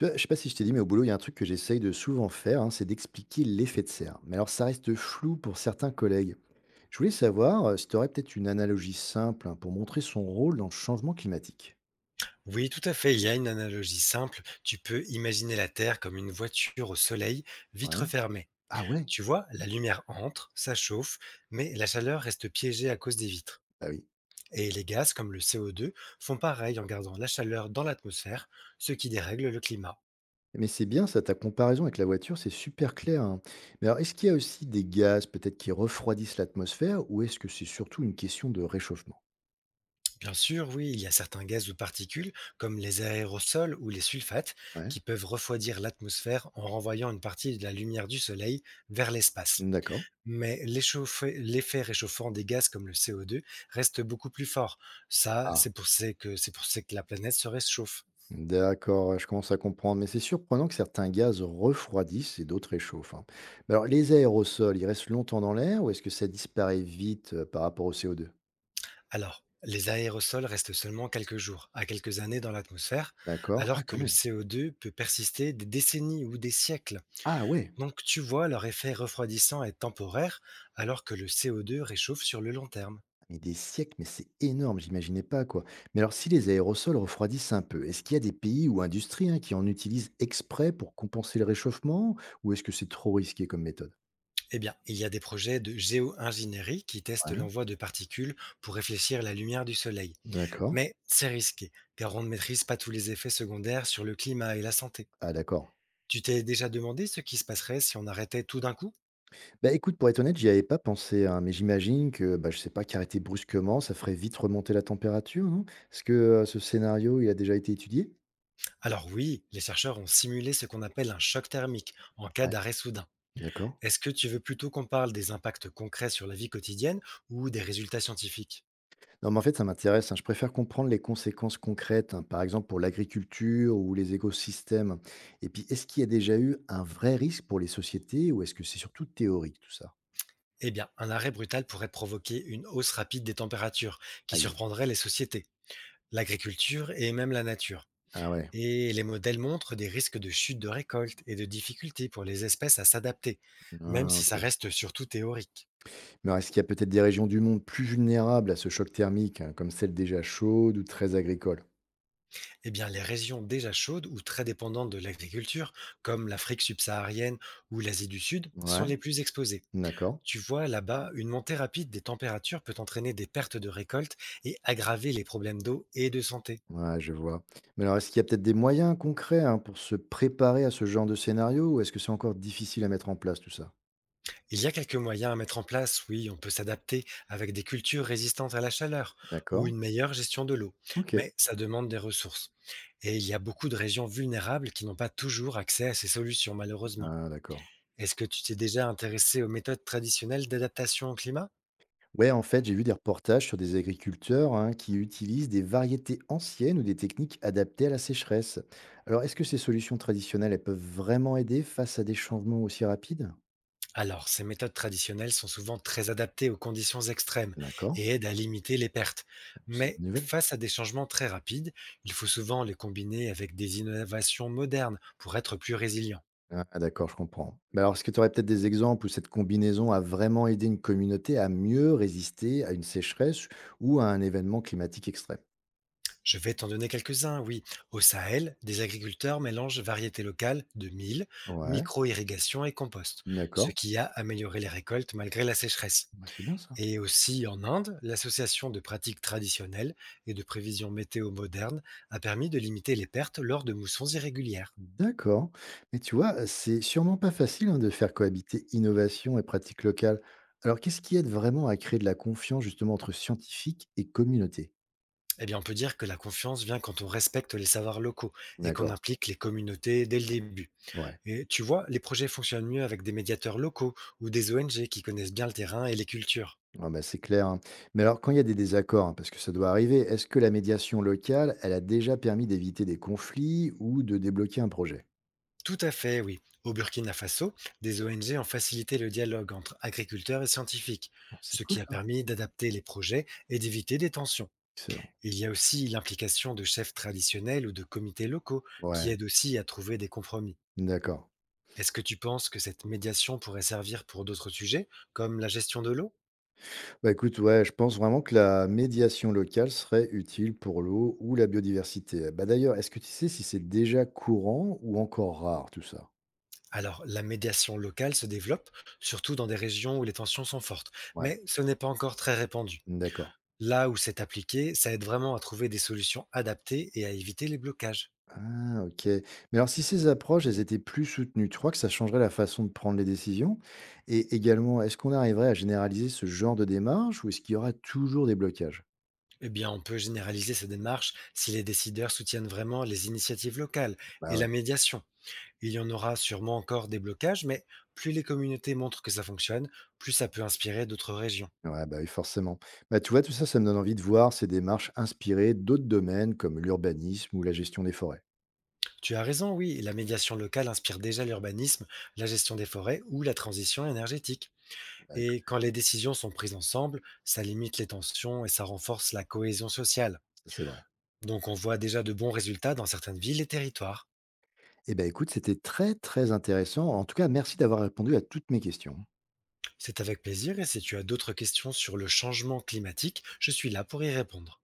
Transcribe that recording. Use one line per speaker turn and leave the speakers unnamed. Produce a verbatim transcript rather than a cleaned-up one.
Tu vois, je sais pas si je t'ai dit, mais au boulot, il y a un truc que j'essaye de souvent faire, hein, c'est d'expliquer l'effet de serre. Mais alors, ça reste flou pour certains collègues. Je voulais savoir euh, si tu aurais peut-être une analogie simple, hein, pour montrer son rôle dans le changement climatique.
Oui, tout à fait. Il y a une analogie simple. Tu peux imaginer la Terre comme une voiture au soleil, vitre
Ouais.
fermée.
Ah ouais.
Tu vois, la lumière entre, ça chauffe, mais la chaleur reste piégée à cause des vitres.
Bah oui.
Et les gaz comme le C O deux font pareil en gardant la chaleur dans l'atmosphère, ce qui dérègle le climat.
Mais c'est bien ça, ta comparaison avec la voiture, c'est super clair, hein. Mais alors, est-ce qu'il y a aussi des gaz peut-être qui refroidissent l'atmosphère ou est-ce que c'est surtout une question de réchauffement?
Bien sûr, oui, il y a certains gaz ou particules, comme les aérosols ou les sulfates,
Ouais.
qui peuvent refroidir l'atmosphère en renvoyant une partie de la lumière du soleil vers l'espace.
D'accord.
Mais l'échauffé l'effet réchauffant des gaz comme le C O deux reste beaucoup plus fort. Ça,
Ah.
c'est pour c'est que c'est pour c'est que la planète se réchauffe.
D'accord, ouais, je commence à comprendre, mais c'est surprenant que certains gaz refroidissent et d'autres échauffent, hein. Mais alors, les aérosols, ils restent longtemps dans l'air ou est-ce que ça disparaît vite euh, par rapport au CO2?
Alors, les aérosols restent seulement quelques jours à quelques années dans l'atmosphère,
D'accord. Ah,
alors que
quand
le
même.
C O deux peut persister des décennies ou des siècles.
Ah ouais,
Donc tu vois, leur effet refroidissant est temporaire, alors que le C O deux réchauffe sur le long terme.
mais des siècles, mais c'est énorme, j'imaginais pas quoi. Mais alors, si les aérosols refroidissent un peu, est-ce qu'il y a des pays ou industries, hein, qui en utilisent exprès pour compenser le réchauffement ou est-ce que c'est trop risqué comme méthode?
Eh bien, il y a des projets de géo-ingénierie qui testent
Ouais.
l'envoi de particules pour réfléchir la lumière du soleil.
D'accord.
Mais c'est risqué, car on ne maîtrise pas tous les effets secondaires sur le climat et la santé.
Ah d'accord.
Tu t'es déjà demandé ce qui se passerait si on arrêtait tout d'un coup.
Bah, écoute, pour être honnête, j'y avais pas pensé, hein, mais j'imagine que, bah, je sais pas, qu'arrêter brusquement, ça ferait vite remonter la température, non? Est-ce que, heu, ce scénario, il a déjà été étudié?
Alors oui, les chercheurs ont simulé ce qu'on appelle un choc thermique en cas
Ouais.
d'arrêt soudain.
D'accord.
Est-ce que tu veux plutôt qu'on parle des impacts concrets sur la vie quotidienne ou des résultats scientifiques?
Non, mais en fait, ça m'intéresse, hein. Je préfère comprendre les conséquences concrètes, hein, par exemple pour l'agriculture ou les écosystèmes. Et puis, est-ce qu'il y a déjà eu un vrai risque pour les sociétés ou est-ce que c'est surtout théorique tout ça?
Eh bien, un arrêt brutal pourrait provoquer une hausse rapide des températures qui
Aïe.
surprendrait les sociétés, l'agriculture et même la nature.
Ah ouais.
Et les modèles montrent des risques de chute de récolte et de difficultés pour les espèces à s'adapter, même
Ah
si ça
OK.
reste surtout théorique.
Mais alors, est-ce qu'il y a peut-être des régions du monde plus vulnérables à ce choc thermique, hein, comme celles déjà chaudes ou très agricoles?
Eh bien, les régions déjà chaudes ou très dépendantes de l'agriculture, comme l'Afrique subsaharienne ou l'Asie du Sud, sont
Ouais,
les plus exposées.
d'accord.
Tu vois, là-bas, une montée rapide des températures peut entraîner des pertes de récolte et aggraver les problèmes d'eau et de santé.
Ouais, je vois. Mais alors, est-ce qu'il y a peut-être des moyens concrets, hein, pour se préparer à ce genre de scénario ou est-ce que c'est encore difficile à mettre en place tout ça?
Il y a quelques moyens à mettre en place, oui, on peut s'adapter avec des cultures résistantes à la chaleur ou
D'accord.
une meilleure gestion de l'eau,
Ok.
mais ça demande des ressources. Et il y a beaucoup de régions vulnérables qui n'ont pas toujours accès à ces solutions, malheureusement.
Ah, d'accord.
Est-ce que tu t'es déjà intéressé aux méthodes traditionnelles d'adaptation au climat?
Ouais, en fait, j'ai vu des reportages sur des agriculteurs, hein, qui utilisent des variétés anciennes ou des techniques adaptées à la sécheresse. Alors, est-ce que ces solutions traditionnelles, elles peuvent vraiment aider face à des changements aussi rapides?
Alors, ces méthodes traditionnelles sont souvent très adaptées aux conditions extrêmes
D'accord.
et aident à limiter les pertes.
C'est une
Mais
bonne nouvelle.
face à des changements très rapides, il faut souvent les combiner avec des innovations modernes pour être plus résilient.
Ah ah, d'accord, je comprends. Mais alors, est-ce que tu aurais peut-être des exemples où cette combinaison a vraiment aidé une communauté à mieux résister à une sécheresse ou à un événement climatique extrême?
Je vais t'en donner quelques-uns, oui. Au Sahel, des agriculteurs mélangent variétés locales de mil,
Ouais,
micro-irrigation et compost, ce
d'accord.
qui a amélioré les récoltes malgré la sécheresse.
Bah, c'est bien ça.
Et aussi en Inde, l'association de pratiques traditionnelles et de prévisions météo modernes a permis de limiter les pertes lors de moussons irrégulières.
D'accord. Mais tu vois, c'est sûrement pas facile, hein, de faire cohabiter innovation et pratique locale. Alors, qu'est-ce qui aide vraiment à créer de la confiance justement entre scientifiques et communauté?
Eh bien, on peut dire que la confiance vient quand on respecte les savoirs locaux et qu'on
D'accord.
implique les communautés dès le début.
Ouais.
Et tu vois, les projets fonctionnent mieux avec des médiateurs locaux ou des O N G qui connaissent bien le terrain et les cultures.
Ah bah, c'est clair, hein. Mais alors, quand il y a des désaccords, hein, parce que ça doit arriver, est-ce que la médiation locale, elle a déjà permis d'éviter des conflits ou de débloquer un projet?
Tout à fait, oui. Au Burkina Faso, des O N G ont facilité le dialogue entre agriculteurs et scientifiques,
Ah, c'est
ce qui
cool
a
ça.
permis d'adapter les projets et d'éviter des tensions.
Excellent.
Il y a aussi l'implication de chefs traditionnels ou de comités locaux qui
Ouais,
aident aussi à trouver des compromis.
d'accord.
Est-ce que tu penses que cette médiation pourrait servir pour d'autres sujets, comme la gestion de l'eau?
Bah écoute, ouais, je pense vraiment que la médiation locale serait utile pour l'eau ou la biodiversité. Bah d'ailleurs, est-ce que tu sais si c'est déjà courant ou encore rare tout ça?
Alors, la médiation locale se développe, surtout dans des régions où les tensions sont fortes,
Ouais,
mais ce n'est pas encore très répandu.
d'accord.
Là où c'est appliqué, ça aide vraiment à trouver des solutions adaptées et à éviter les blocages.
Ah, OK. Mais alors, si ces approches, elles étaient plus soutenues, tu crois que ça changerait la façon de prendre les décisions? Et également, est-ce qu'on arriverait à généraliser ce genre de démarche ou est-ce qu'il y aura toujours des blocages?
Eh bien, on peut généraliser ces démarches si les décideurs soutiennent vraiment les initiatives locales
Bah
et la
ouais,
médiation. Il y en aura sûrement encore des blocages, mais plus les communautés montrent que ça fonctionne, plus ça peut inspirer d'autres régions.
ouais, bah oui, forcément. Bah, tu vois, tout ça, ça me donne envie de voir ces démarches inspirer d'autres domaines comme l'urbanisme ou la gestion des forêts.
Tu as raison, oui, la médiation locale inspire déjà l'urbanisme, la gestion des forêts ou la transition énergétique.
Bah,
Et
écoute, c'est
quand
cool.
les décisions sont prises ensemble, ça limite les tensions et ça renforce la cohésion sociale.
Ça, c'est vrai.
Donc on voit déjà de bons résultats dans certaines villes et territoires.
Eh ben écoute, c'était très, très intéressant. En tout cas, merci d'avoir répondu à toutes mes questions.
C'est avec plaisir et si tu as d'autres questions sur le changement climatique, je suis là pour y répondre.